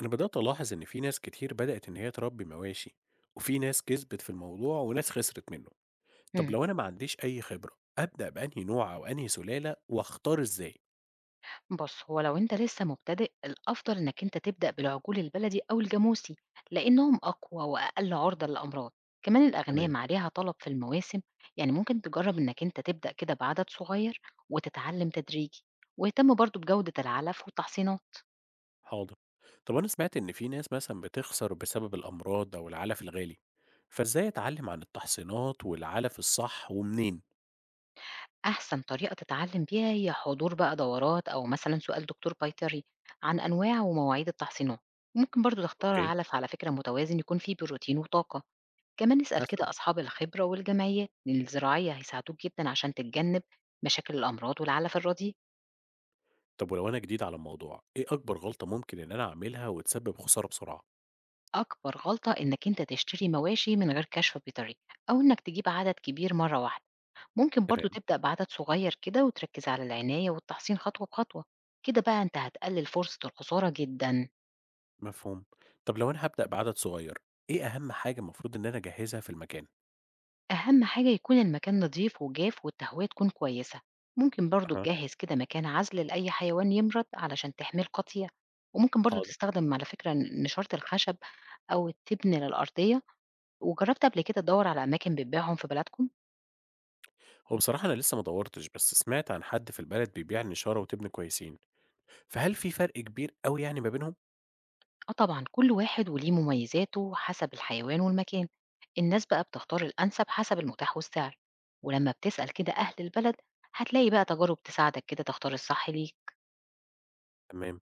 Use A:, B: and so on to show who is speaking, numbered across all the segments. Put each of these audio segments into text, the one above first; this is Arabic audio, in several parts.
A: أنا بدأت ألاحظ إن في ناس كتير بدأت إن هي تربي مواشي، وفي ناس كسبت في الموضوع وناس خسرت منه. طب
B: امم،
A: لو أنا ما عنديش أي خبرة أبدأ بأنهي نوع أو أنهي سلالة وأختار إزاي؟
B: بُص، هو لو أنت لسه مبتدئ، الأفضل إنك أنت تبدأ بالعجول البلدي أو الجاموسي، لإنهم أقوى وأقل عرضة للأمراض، كمان
A: تمام.
B: الأغنام عليها طلب في المواسم، يعني ممكن تجرب إنك أنت تبدأ كده بعدد صغير وتتعلم تدريجي، واهتم برضه بجودة العلف والتحصينات،
A: حاضر. طب أنا سمعت إن في ناس مثلا بتخسر بسبب الأمراض أو العلف الغالي، فإزاي أتعلم عن التحصينات والعلف الصح ومنين؟
B: أحسن طريقة تتعلم بيها هي حضور بقى دورات أو مثلًا سؤال دكتور بيطري عن أنواع ومواعيد التحصينات، ممكن برضه تختار
A: اوكي.
B: علف على فكرة متوازن يكون فيه بروتين وطاقة. كمان اسأل
A: هسأل.
B: كده أصحاب الخبرة والجمعيات لأن الزراعية هيساعدوك جدا عشان تتجنب مشاكل الأمراض والعلف الرديء.
A: طب ولو أنا جديد على الموضوع، إيه أكبر غلطة ممكن إن أنا أعملها وتسبب خسارة بسرعة؟
B: أكبر غلطة إنك أنت تشتري مواشي من غير كشف بيطري أو إنك تجيب عدد كبير مرة واحدة. ممكن برضو
A: تمام.
B: تبدأ بعدد صغير كده وتركز على العناية والتحصين خطوة بخطوة. كده بقى أنت هتقلل فرصة الخسارة جدا.
A: مفهوم. طب لو أنا هابدأ بعدد صغير، إيه أهم حاجة المفروض إن أنا أجهّزها في المكان؟
B: أهم حاجة يكون المكان نضيف وجاف والتهوية تكون كويسة. ممكن برضو
A: أها.
B: تجهز كده مكان عزل لأي حيوان يمرض علشان تحميه القطيع. وممكن برضو
A: حاضر.
B: تستخدم على فكرة نشارة الخشب أو التبن للأرضية. وجربت قبل كده تدور على أماكن بتبيعهم في بلدكم؟
A: هو بصراحة أنا لسه ما دوّرتش، بس سمعت عن حد في البلد بيبيع نشارة وتبن كويسين، فهل في فرق كبير أوي يعني ما بينهم؟
B: آه طبعا كل واحد وليه مميزاته حسب الحيوان والمكان. الناس بقى بتختار الأنسب حسب المتاح والسعر، ولما بتسأل كده أهل البلد هتلاقي بقى تجارب تساعدك كده تختار الصح ليك.
A: تمام.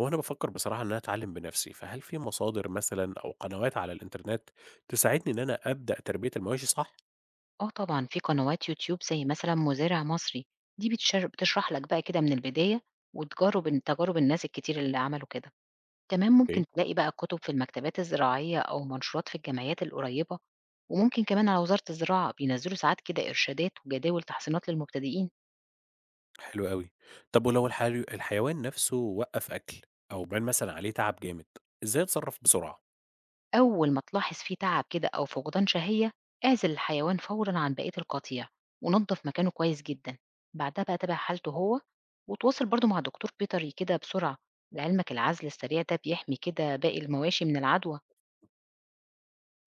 A: هو أنا بافكر بصراحة إن أنا أتعلّم بنفسي، فهل في مصادر مثلًا أو قنوات على الإنترنت تساعدني إن أنا أبدأ تربية المواشي صح؟
B: آه طبعًا، في قنوات يوتيوب زي مثلًا مزارع مصري، دي بتشرح لك بقى كده من البداية وتجارب تجارب الناس الكتير اللي عملوا كده، كمان
A: أوكي.
B: ممكن تلاقي بقى كتب في المكتبات الزراعية أو منشورات في الجمعيات القريبة، وممكن كمان على وزارة الزراعة بينزّلوا ساعات كده إرشادات وجداول تحصينات للمبتدئين.
A: حلو أوي. طب ولو الحيوان نفسه وقّف أكل أو بان مثلًا عليه تعب جامد، إزاي أتصرّف بسرعة؟
B: أول ما تلاحظ فيه تعب كده أو فقدان شهية اعزل الحيوان فورا عن بقية القطيع ونظف مكانه كويس جدا. بعدها بقى تابع حالته هو وتواصل برضو مع دكتور بيطري كده بسرعة. لعلمك العزل السريع ده بيحمي كده باقي المواشي من العدوى.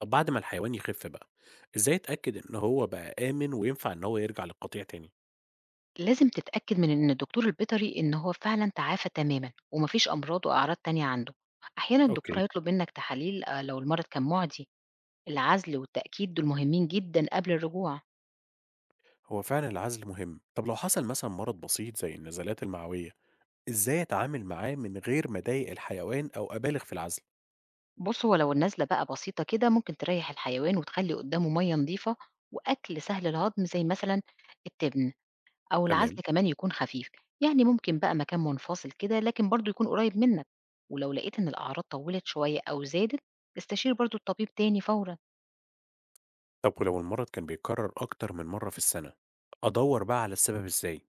A: طب بعد ما الحيوان يخف بقى، إزاي أتأكد إن هو بقى آمن وينفع إن هو يرجع للقطيع تاني؟
B: لازم تتأكد من إن الدكتور البيطري إن هو فعلا تعافى تماما ومفيش أمراض وأعراض تانية عنده. أحيانا الدكتور
A: اوكي.
B: هيطلب منك تحاليل آه، لو المرض كان معدي. العزل والتأكيد دول مهمين جدا قبل الرجوع.
A: هو فعلا العزل مهم، طب لو حصل مثلا مرض بسيط زي النزلات المعوية، إزاي أتعامل معاه من غير ما أضايق الحيوان أو أبالغ في العزل؟
B: بُص، هو لو النزلة بقى بسيطة كده ممكن تريّح الحيوان وتخلّي قدّامه مَيّة نضيفة وأكل سهل الهضم زي مثلًا التبن. أو العزل
A: تمام.
B: كمان يكون خفيف، يعني ممكن بقى مكان منفصل كده لكن برضه يكون قريب منك، ولو لقيت إن الأعراض طوّلت شوية أو زادت استشير برضه الطبيب تاني فورًا.
A: طب ولو المرض كان بيتكرر أكتر من مرة في السنة، أدور بقى على السبب إزاي؟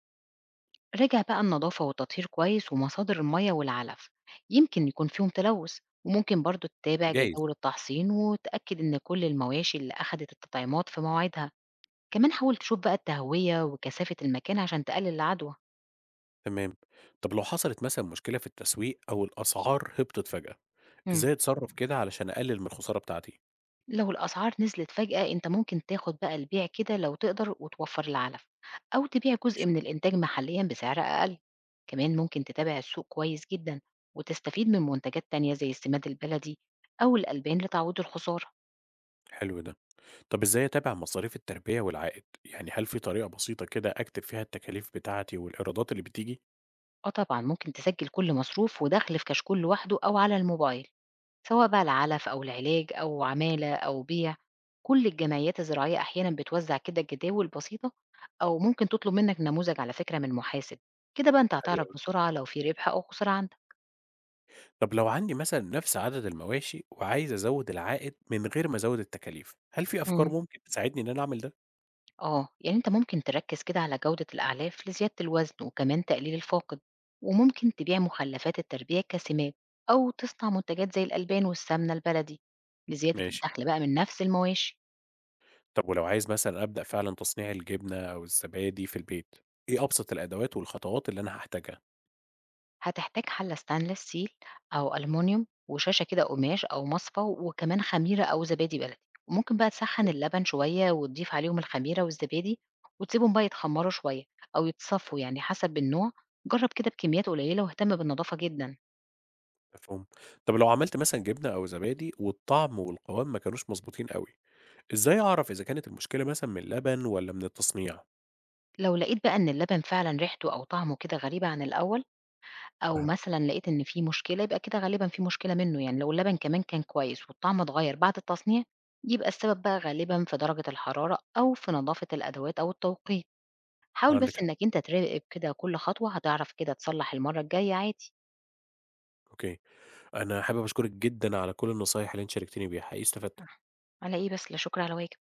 B: راجع بقى النضافة والتطهير كويس ومصادر المَيّة والعلف، يمكن يكون فيهم تلوث، وممكن برضه تتابع
A: جايز.
B: جداول التحصين وتأكد إن كل المواشي اللي أخدت التطعيمات في مواعيدها. كمان حاول تشوف بقى التهوية وكثافة المكان عشان تقلل العدوى.
A: تمام. طب لو حصلت مثلا مشكلة في التسويق أو الأسعار هبطت فجأة،
B: مم.
A: إزاي أتصرف كده علشان أقلل من الخسارة بتاعتي؟
B: لو الأسعار نزلت فجأة أنت ممكن تاخد بقى البيع كده لو تقدر وتوفر العلف أو تبيع
A: ماشي.
B: جزء من الإنتاج محليا بسعر أقل. كمان ممكن تتابع السوق كويس جدا وتستفيد من منتجات تانية زي السماد البلدي أو الألبان لتعويض الخسارة.
A: حلو ده. طب إزاي أتابع مصاريف التربية والعائد؟ يعني هل في طريقة بسيطة كده أكتب فيها التكاليف بتاعتي والإيرادات اللي بتيجي؟
B: اه طبعا ممكن تسجل كل مصروف ودخل في كشكول لوحده أو على الموبايل، سواء بقى العلف أو العلاج أو عمالة أو بيع. كل الجمعيات الزراعية أحيانا بتوزع كده جداول بسيطة أو ممكن تطلب منك نموذج على فكرة من محاسب. كده بقى أنت
A: حلو
B: هتعرف
A: أوي.
B: بسرعة لو في ربح أو خسارة عندك.
A: طب لو عندي مثلا نفس عدد المواشي وعايز أزود العائد من غير ما أزود التكاليف، هل في أفكار
B: مم.
A: ممكن تساعدني إن أنا أعمل ده؟
B: اه يعني انت ممكن تركز كده على جودة الأعلاف لزيادة الوزن وكمان تقليل الفاقد، وممكن تبيع مخلفات التربية كسمات أو تصنع منتجات زي الألبان والسمنة البلدي لزيادة
A: ماشي.
B: الدخل بقى من نفس المواشي.
A: طب ولو عايز مثلا أبدأ فعلا تصنيع الجبنة أو الزبادي في البيت، إيه أبسط الأدوات والخطوات اللي أنا هحتاجها؟
B: هتحتاج حلة stainless steel أو ألمونيوم وشاشة كده قماش أو مصفى وكمان خميرة أو زبادي بلدي. وممكن بقى تسخن اللبن شوية وتضيف عليهم الخميرة والزبادي وتسيبهم بقى يتخمروا شوية أو يتصفوا يعني حسب النوع. جرب كده بكميات قليلة واهتم بالنظافة جدا.
A: مفهوم. طب لو عملت مثلا جبنة أو زبادي والطعم والقوام ما كانوش مظبوطين قوي، إزاي أعرف إذا كانت المشكلة مثلا من اللبن ولا من التصنيع؟
B: لو لقيت بقى إن اللبن فعلا ريحته أو طعمه كده غريبة عن الأول أو
A: أها.
B: مثلًا لقيت إن في مشكلة، يبقى كده غالبًا في مشكلة منّه يعني. لو اللبن كمان كان كويس والطعم اتغيّر بعد التصنيع، يبقى السبب بقى غالبًا في درجة الحرارة أو في نضافة الأدوات أو التوقيت. حاول بس
A: عندك.
B: إنّك أنت تراقب كده كل خطوة، هتعرف كده تصلّح المرّة الجاية عادي.
A: أوكي. أنا حابب أشكرِك جدًا على كل النصايح اللي أنتِ شاركتيني بيها، حقيقي استفدت.
B: على إيه بس؟ لا شكر على واجب.